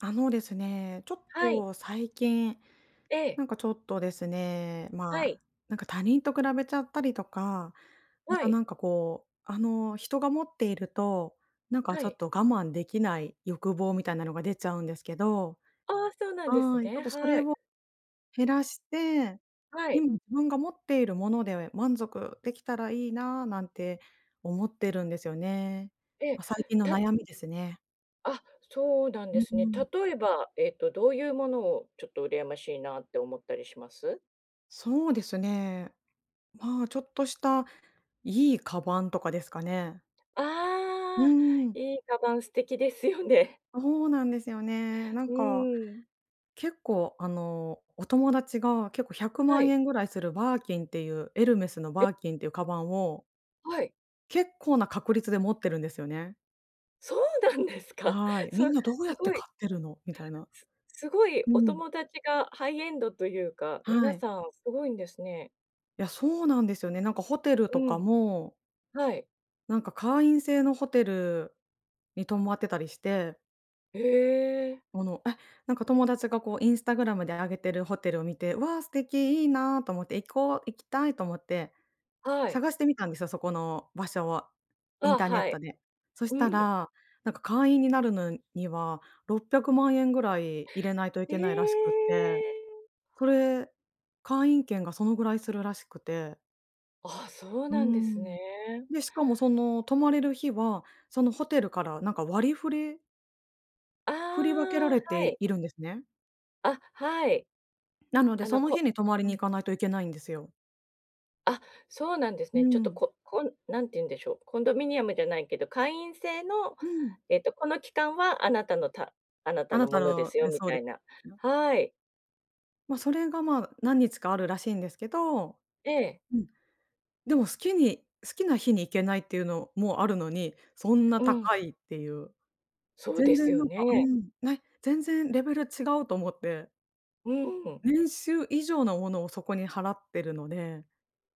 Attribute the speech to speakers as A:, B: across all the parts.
A: あのですね、ちょっ
B: はい、
A: と最近、
B: ええ、
A: なんかちょっとですね、ま
B: はい、
A: あ、なんか他人と比べちゃったりとか、ま
B: は
A: た
B: い、
A: 人が持っていると、なんか
B: は
A: ちょっ
B: い。
A: と我慢できない欲望みたいなのが出ちゃうんですけど、
B: ああ、そうなんです
A: はい、ちょっ
B: ね。
A: とそ
B: は
A: れ
B: い、
A: を減らして、
B: はい、
A: 今自分が持っているもので満足できたらいいななんて思ってるんですよね。
B: ええ、
A: まあ、最近の
B: た
A: 悩みですね。
B: あ、そうなん
A: う
B: ですね。
A: ん。
B: 例えば、どういうものをちょっと羨ましいなって思ったりします？
A: そうですね。まあ、ちょっとしたいいカバンとかですかね？うー
B: ああ、
A: ん。
B: いいカバン素敵ですよね。
A: そうなんですよね。な ん
B: う
A: か、
B: ーん。
A: 結構あの、お友達が結構100
B: は
A: 万
B: い、
A: 円ぐらいするバーキンっていう、エルメスのバーキンっていうカバンを、
B: はい。
A: 結構な確率で持ってるんですよね。
B: そうなんですか。
A: は い。み
B: そ
A: ん
B: す
A: などうやって
B: ごい、
A: 買ってるの？みたいな。
B: すごい
A: う
B: お
A: ん。
B: 友達がハイエンドというか、
A: は
B: 皆
A: い。
B: さんすごいんですね。
A: いや、そうなんですよね。なんかホテル
B: う
A: とか
B: ん、
A: も、
B: はい。
A: なんか会員制のホテルに泊まってたりして
B: へえ、
A: もの、え、なんか友達がこうインスタグラムで上げてるホテルを見て、わあ、素敵、いいなと思って、行こう、行きたいと思って、
B: はい。
A: 探してみたんですよ、そこの場所を、イン
B: あ、
A: ターネ
B: は
A: ット
B: い。
A: で。そし
B: う
A: た
B: ん。
A: ら、なんか会員になるのには600万円ぐらい入れないとい
B: え
A: けないらしくって、
B: え。
A: それ、会員権がそのぐらいするらしくて、
B: あ、そう
A: うー
B: なんですね。
A: ん。で、しかもその泊まれる日は、そのホテルからなんか割り振り
B: あ
A: 振り分け
B: あ、
A: られ
B: は
A: て
B: い。
A: いるんですね。
B: あ、はい。
A: なので、
B: あ
A: そ
B: の、
A: の日に泊まり
B: う
A: に
B: ん。
A: 行かないといけないんですよ。
B: あ、そうなんです
A: う
B: ね。ちょっと、
A: ん。
B: ここん何て言うんでしょう、コンドミニアムじゃないけど、会員制の、
A: うん。
B: この期間はあなたのたあなた
A: あ
B: の
A: な
B: も
A: た
B: ので
A: の
B: すよ
A: ね、
B: み
A: そう
B: た
A: で
B: い
A: す。
B: な。はい。
A: まあ、それが、まあ、何日かあるらしいんですけど、
B: ええ。
A: うん、でも好きな日に行けないっていうのもあるのに、そんな
B: うん。
A: 高いっていう。
B: そうで
A: 全
B: す
A: 然
B: よ
A: なんかう
B: ね。
A: ん、ね、全然レベル違うと思って、
B: うん。
A: 年収以上のものをそこに払ってるので、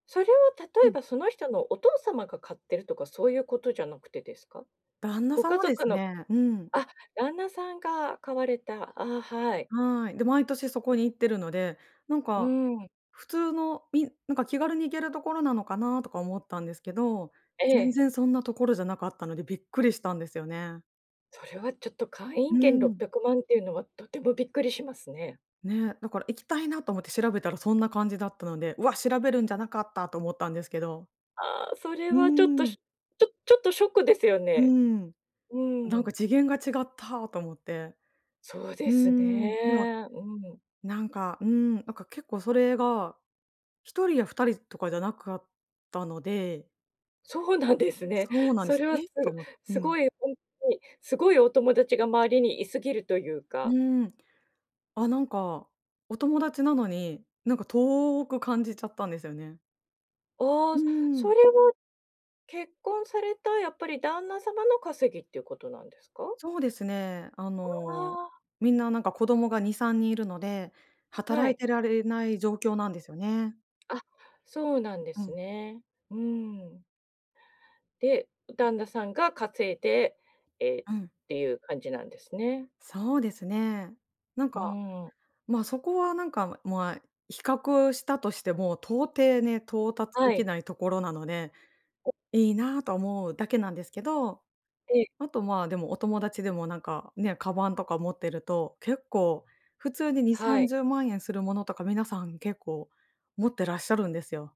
B: それは例
A: う
B: え
A: ん、
B: ばその人のお父様が買ってるとかそういうことじゃなくてですか？
A: 旦那
B: ご家
A: 様で
B: 族
A: す
B: の
A: ね。うん、
B: あ、旦那さんが買われた。あ、はい。
A: はい。で、毎年そこに行ってるので、なん
B: う
A: か
B: ん。
A: 普通の、みなんか気軽に行けるところなのかなとか思ったんですけど、
B: え
A: 全
B: え。
A: 然そんなところじゃなかったのでびっくりしたんですよね。
B: それはちょっと会員
A: う
B: 権
A: ん。
B: 600万っていうのはとてもびっくりしますね。
A: ね、だから行きたいなと思って調べたらそんな感じだったので、うわ、調べるんじゃなかったと思ったんですけど。
B: ああ、それ
A: う
B: はちょっと、
A: ーん、
B: しちょちょっとショックですよ
A: う
B: ね。
A: ん。
B: う
A: なんか
B: ん。
A: 次元が違ったと思って。
B: そうで
A: うー
B: すね。
A: ん、でも、
B: うん。
A: なんか、うん、なんか結構それが、一人や二人とかじゃなかったので、
B: そうなんですね。
A: そうなんで
B: そ
A: す。
B: れはす
A: え？と思って。う
B: す
A: ん。
B: ごいほんとに、すごいお友達が周りにいすぎるという
A: う
B: か。
A: ーん。あ、なんか、お友達なのに、なんか遠く感じちゃったんですよね。
B: あ
A: う
B: あ、
A: ー
B: それ
A: ん。
B: は結婚されたやっぱり旦那様の稼ぎっていうことなんですか？
A: そうですね。あの、
B: あ
A: みんななんか子供が2、3人いるので、
B: あ、は
A: 働い
B: い。
A: てられない状況なんですよね。
B: あ、そうなんで
A: う
B: す
A: ん。
B: ね。うん。で、旦那さんが稼いで、
A: うん、
B: っていう感じなんですね。
A: そうですね。なん
B: う
A: か、
B: ん。
A: ま、あそこはなんか、まあ、比較したとしても、到底ね、到達
B: は
A: でき
B: い。
A: ないところなので、いいなとは思うだけなんですけど、
B: え
A: あと、まあ、でもお友達でもなんかね、カバンとか持ってると、結構普通に2、
B: はい。
A: 30万円するものとか皆さん結構持ってらっしゃるんですよ。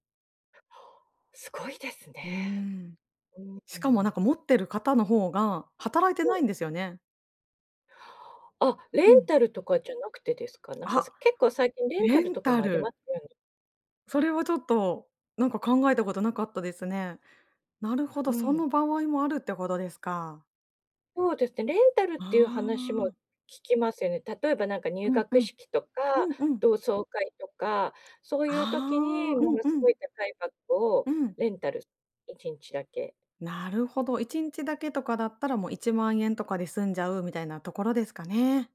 B: すごいですね。
A: うーん。
B: う
A: しかもなん
B: ん。
A: か持ってる方の方が働いてないんですよね。
B: あ、レ
A: う
B: ン
A: ん。
B: タルとかじゃなくてですか？なんか、
A: あ、
B: 結構最近レンタ
A: レ
B: ル
A: ン
B: とか
A: タ
B: もありま
A: ル。
B: すよね。
A: それはちょっとなんか考えたことなかったですね。なるほ
B: う
A: ど、そ
B: ん。
A: の場合もあるってことですか。
B: そうですね、レンタルっ
A: あ
B: ていう話も聞
A: あ。
B: きますよね。例えばなんか入
A: うんう
B: 学
A: ん。
B: 式とか、
A: うんうん。
B: 同窓会とか、そういう
A: ああ。
B: 時に
A: う
B: も
A: ん
B: の
A: う
B: す
A: ん。
B: ごい高いバッグを
A: うん。
B: レンタル、1日だけ。
A: なるほど。1日だけとかだったらもう1万円とかで済んじゃうみたいなところですかね。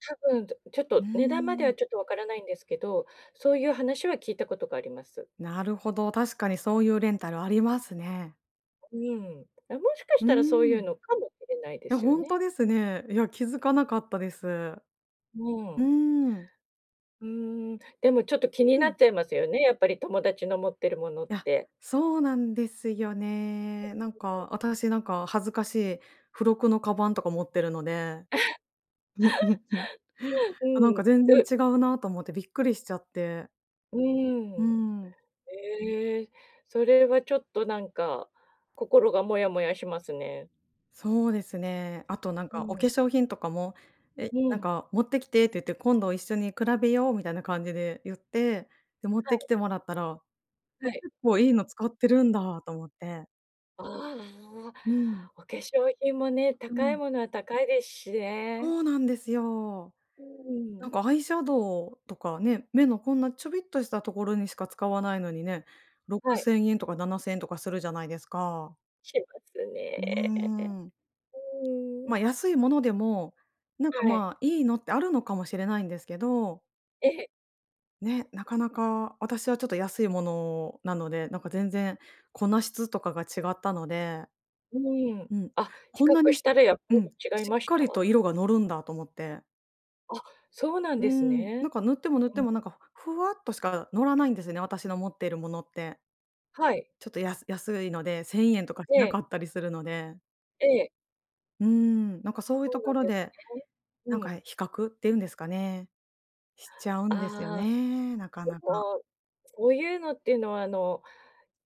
B: 多分、ちょっ
A: うー
B: と値段まで
A: ん。
B: はちょっとわからないんですけど、そういう話は聞いたことがあります。
A: なるほど、確かにそういうレンタルありますね。
B: うん。あ、もしかし
A: うー
B: たらそういう
A: ん。
B: のかもしれないで
A: いや、
B: すよ
A: 本当
B: ね。
A: ですね。いや、気づかなかったです。う
B: う
A: ー
B: ん。
A: ん。
B: うーん、でもちょっと気に
A: いう
B: な
A: ん。
B: っちゃいますよね、やっぱり友達の持ってるものっ
A: や、
B: て。
A: そうなんですよね。なんか、私なんか恥ずかしい付録のカバンとか持ってるので。
B: う
A: なん
B: ん、う
A: か全然違うなと思ってびっくりしちゃって。
B: う
A: う
B: ん。
A: ん。
B: ええ、それはちょっとなんか、心がモヤモヤしますね。
A: そうですね。あとなん
B: う
A: かお化
B: ん、
A: 粧品とかも、え、
B: う
A: なん
B: ん。
A: か「持ってきて」って言って「今度一緒に比べよう」みたいな感じで言って、で、持ってき
B: は
A: てもらったら、
B: い、
A: え、
B: はい。
A: 結構いいの使ってるんだと思って。
B: ああ、
A: うん。
B: お化粧品もね、
A: う
B: 高い
A: ん。
B: ものは高いですしね。
A: そうなんですよ。
B: う
A: なん
B: ん、
A: かアイシャドウとかね、目のこんなちょびっとしたところにしか使わないのにね、
B: はい、
A: 6,000円とか7,000円とかするじゃないですか。
B: します
A: うー
B: ね。
A: ん。
B: うん、
A: ま、安いものでも、なんか
B: はい。
A: まあ、いいのってあるのかもしれないんですけど
B: ええ、
A: ね、なかなか私はちょっと安いものなので、なんか全然粉質とかが違ったので、
B: うん。
A: うん、
B: あ、比
A: こんな
B: 較
A: に
B: し
A: し
B: たらやっぱ
A: うん、
B: り違い
A: し
B: ま
A: っ
B: し
A: か
B: た？
A: りと色が乗るんだと思って。
B: あ、そうなん
A: う
B: です
A: ん、なん
B: ね。
A: か塗っても塗っ
B: う
A: て
B: ん、
A: もなんかふわっとしか乗らないんですね、私の持っているものって。
B: はい。
A: ちょっと安いので1,000円とかし
B: え
A: な
B: え、
A: かったりするので、
B: ええ、
A: うん、なんかそういう
B: そ
A: と
B: うな
A: こ
B: ん
A: ろ
B: です
A: で、
B: ね。
A: なん
B: う
A: か
B: ん。
A: 比較っていうんですかね、しちゃうんですよ
B: ああ、
A: ね、なか
B: で
A: なか。
B: もこういうのっていうのは、あの、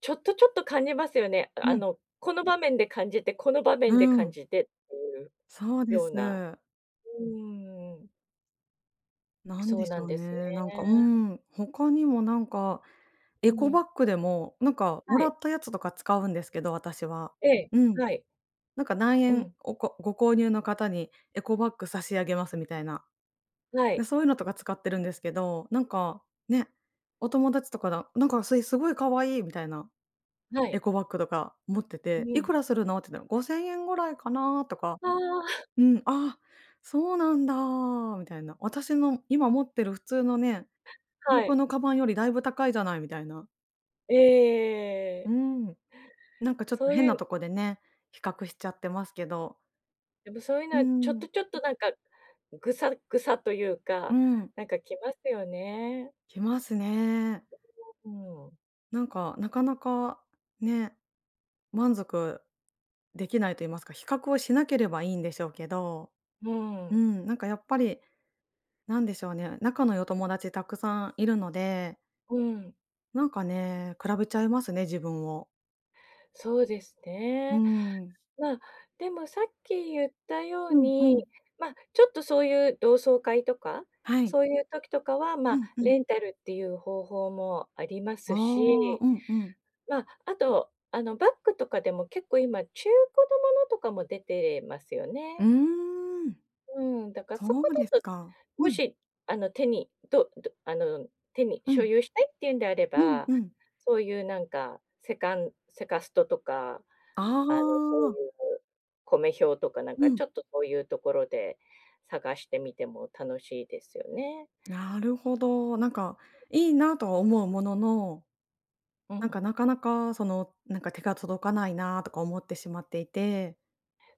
B: ちょっとちょっと感じますよね。あ
A: うん、
B: の、この場面で感じて、この場面
A: う
B: で感
A: ん、
B: じてっていう
A: そうで
B: よう
A: す。
B: な。うーん、
A: なん
B: そう
A: でし
B: なん
A: ょう
B: ですね。
A: ね。なんか、うん、他にもなんか、エ
B: う
A: コバ
B: ん、
A: ッグでも、なんかも
B: は
A: ら
B: い。
A: ったやつとか使うんですけど、私は。
B: ええ、
A: うん。
B: はい。
A: なんか何
B: う
A: 円
B: ん、
A: おこご購入の方にエコバッグ差し上げますみたいな。
B: は
A: で、
B: い、
A: そういうのとか使ってるんですけど、なんか、ね、お友達とかだ「なんかそれすごい可愛い」みたいな
B: は
A: エ
B: い。
A: コバッグとか持って
B: う
A: て「い
B: ん。
A: くらするの？」って言ったら「5,000円ぐらいかな」とか、
B: ああ、
A: うん、「あ、そうなんだ」みたいな。私の今持ってる普通のね
B: はい。
A: 僕のカバンよりだいぶ高いじゃないみたいな。
B: え
A: う
B: え。
A: ん。なんかちょっと
B: そう
A: 変
B: い
A: な
B: う
A: とこでね、比較しちゃってますけど。
B: でもそういうの
A: う
B: はちょっ
A: ん、
B: とちょっとなんか、ぐさぐさという
A: う
B: か、
A: ん、
B: なんかきますよね。
A: きますね。
B: うん。
A: なんか、なかなかね、満足できないと言いますか、比較をしなければいいんでしょうけど、
B: う
A: う
B: ん。
A: ん、なんかやっぱり、なんでしょうね、仲のいいお友達たくさんいるので、
B: うん。
A: なんかね、比べちゃいますね、自分を。
B: そうです
A: う
B: ね。
A: ん。
B: まあ、でもさっき言ったよう
A: うんう
B: に、
A: ん。
B: まあ、ちょっとそういう同窓会とか、
A: はい。
B: そういう時とかは、ま
A: う
B: あ、
A: んうん。
B: レンタルっていう方法もありま
A: あ
B: す
A: あ、
B: し、
A: うんうん。
B: まあ、あと、あの、バッグとかでも結構今中古のものとかも出てますよ
A: う
B: ね。
A: ーん。
B: うん、だから
A: そ
B: そこ
A: うです
B: だと、
A: か。う
B: も
A: ん、
B: し、あの、手にどどあの、手に
A: う
B: 所
A: ん、
B: 有したいっていうんであれ
A: うん、
B: ば、
A: うん。
B: そういうなんかセカンセカストとか、
A: あ
B: あの、そう
A: あ、
B: いう米表とかなん
A: う
B: か
A: ん。
B: ちょっとそういうところで探してみても楽しいですよね。
A: なるほど。なんかいいなとは思うものの、
B: う
A: なんか
B: ん、
A: なかなかその、なんか手が届かないなとか思ってしまっていて。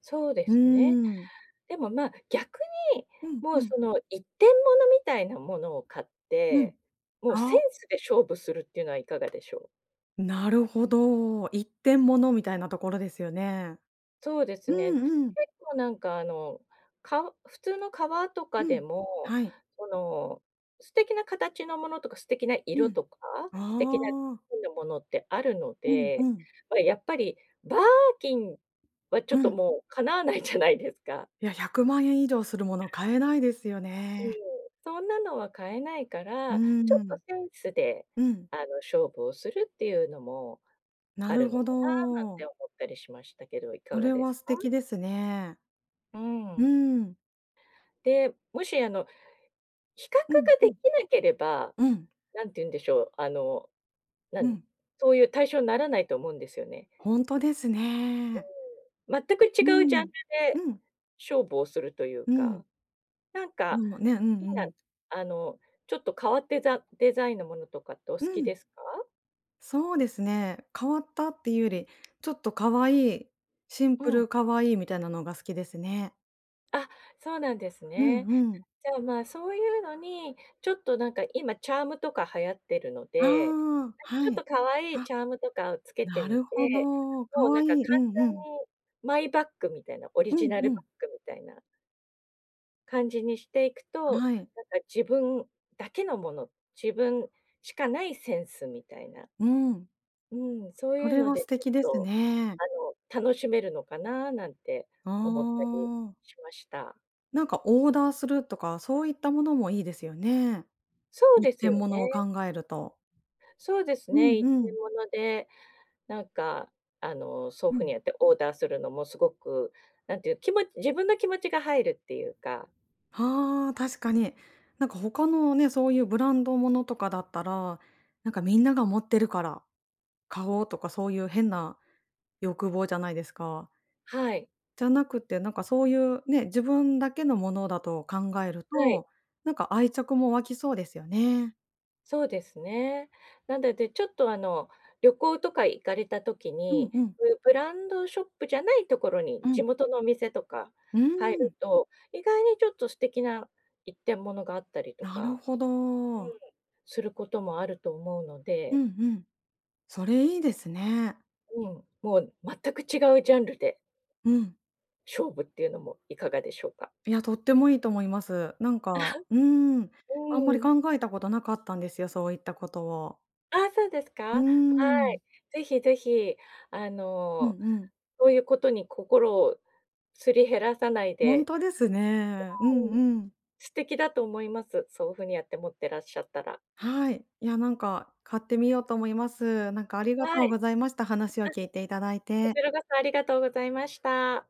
B: そうで
A: う
B: すね。
A: ーん。
B: でも、ま、逆に、
A: うん、
B: も
A: う
B: う
A: ん、
B: その一点物みたいなものを買っ
A: うん。
B: て、もうセ
A: あ、
B: ンスで勝負するっていうのはいかがでしょう？
A: なるほど。一点物みたいなところですよね。
B: そうです
A: う
B: ね。
A: んうん、
B: 結構なんかあの、普通の革とか
A: う
B: で
A: ん。
B: も、
A: はい。
B: その、素敵な形のものとか、素敵な色
A: うん。
B: とか、素敵なデ
A: ああ、
B: ザインのものってあるの
A: うん
B: で、
A: うん、
B: ま、やっぱりバーキンはちょっ
A: う
B: と
A: ん。
B: もう叶わないじゃないですか。
A: いや、100万円以上するもの買えないですよ
B: うん、
A: ね。
B: そんなのは買えないか
A: うー
B: ら、ちょっと
A: ん。
B: センスで、
A: うん、
B: あの、勝負をするっていうのも
A: な
B: ある
A: る
B: の
A: ほ
B: かななん
A: ど。
B: て思ったりしましたけど、い
A: そ
B: かが
A: れ
B: で
A: は
B: す
A: 素
B: か？
A: 敵ですね。
B: う
A: う
B: ん。
A: ん。
B: で、もしあの比較
A: うん
B: が
A: う
B: でき
A: ん。
B: なければ、
A: うん。
B: なんて言うんでしょう、あの、な
A: う
B: ん
A: ん。
B: そういう対象にならないと思うんですよね。
A: ほんとですね。
B: 全く
A: う
B: 違うジャン
A: ん。
B: ルで
A: うん。
B: 勝負をするという
A: うん。
B: か、なん
A: で
B: か、
A: もね、う
B: み
A: ん
B: ん
A: う
B: な、
A: ん。
B: あの、ちょっと変わってざデザインのものとかってお好
A: う
B: き
A: ん。
B: ですか？
A: そうですね。変わったっていうより、ちょっと可愛い、シンプ
B: うん。
A: ル可愛いみたいなのが好きですね。
B: あ、そうなんです
A: う
B: ね。
A: んうん。
B: じゃあ、まあ、そういうのに、ちょっとなんか今チャームとか流行ってるの
A: あ
B: で、
A: あ、
B: なんか
A: は
B: ちょっ
A: い。
B: と可愛い
A: あ、
B: チャームとかをつけて
A: な
B: み
A: るほ
B: て、
A: ど。
B: もう
A: 可
B: なん
A: 愛
B: か簡
A: い。うんう
B: 単
A: ん。
B: にマイバッグみたいな、オリ
A: う
B: ジ
A: ん
B: ナ
A: う
B: ルバッ
A: ん。
B: グみたいな感じにしていくと、
A: はい。
B: なんか自分だけのもの、自分しかないセンスみたいな、
A: うん。
B: うん、そう
A: そ
B: いう
A: れ
B: の
A: は素
B: でち
A: 敵です
B: ょっと、
A: ね。
B: あの、楽しめるのかななんて
A: あ
B: 思ったり
A: あ、
B: しました。
A: なんかオーダーするとか、そういったものもいいですよね。
B: そう
A: 一
B: です
A: 点
B: よね。
A: 物を考えると。
B: そうです
A: う
B: ね、
A: ん
B: 一
A: う
B: 点
A: ん。
B: 物でなんか、あの、そうい
A: う
B: うふう
A: ん。
B: にやってオーダーするのもすごく、なんていう、気持ち自分の気持ちが入るっていうか、
A: ああ、確かに。なんか他のね、そういうブランドものとかだったら、なんかみんなが持ってるから買おうとか、そういう変な欲望じゃないですか。
B: はい、
A: じゃなくて、なんかそういうね、自分だけのものだと考える
B: はい、
A: と、なんか愛着も湧きそうですよね。
B: そうですね。なので、ちょっとあの、旅行とか行かれた時
A: うん
B: に、
A: うん。
B: そういうブランドショップじゃないところに、
A: う
B: 地
A: ん。
B: 元のお店とか
A: うー
B: 入
A: ん、
B: ると、意外にちょっと素敵な一点物があったりと
A: なる
B: か、
A: ほ
B: う
A: ど。
B: ん、することもあると思うの
A: う
B: で、
A: んうん。それいいですね。
B: うん、もう全く違うジャンルで
A: うん。
B: 勝負っていうのもいかがでしょうか？
A: いや、とってもいいと思います。なんか、うーん、あんまり
B: うん。
A: 考えたことなかったんですよ、そういったことを。
B: あ、そうです
A: うー
B: か？は
A: ん。
B: い。ぜひぜひ、あ
A: うん
B: の、
A: うん。
B: そういうことに心をすり減らさない
A: ほん
B: で、
A: とですね。うん
B: うん、
A: うん。
B: 素敵だと思います。そういうふうにやって持ってらっしゃったら。
A: はい。いや、なんか買ってみようと思います。なんかありが
B: は
A: とう
B: い、
A: ございました。話を聞いていただい
B: こ
A: て。
B: ちらこそありがとうございました。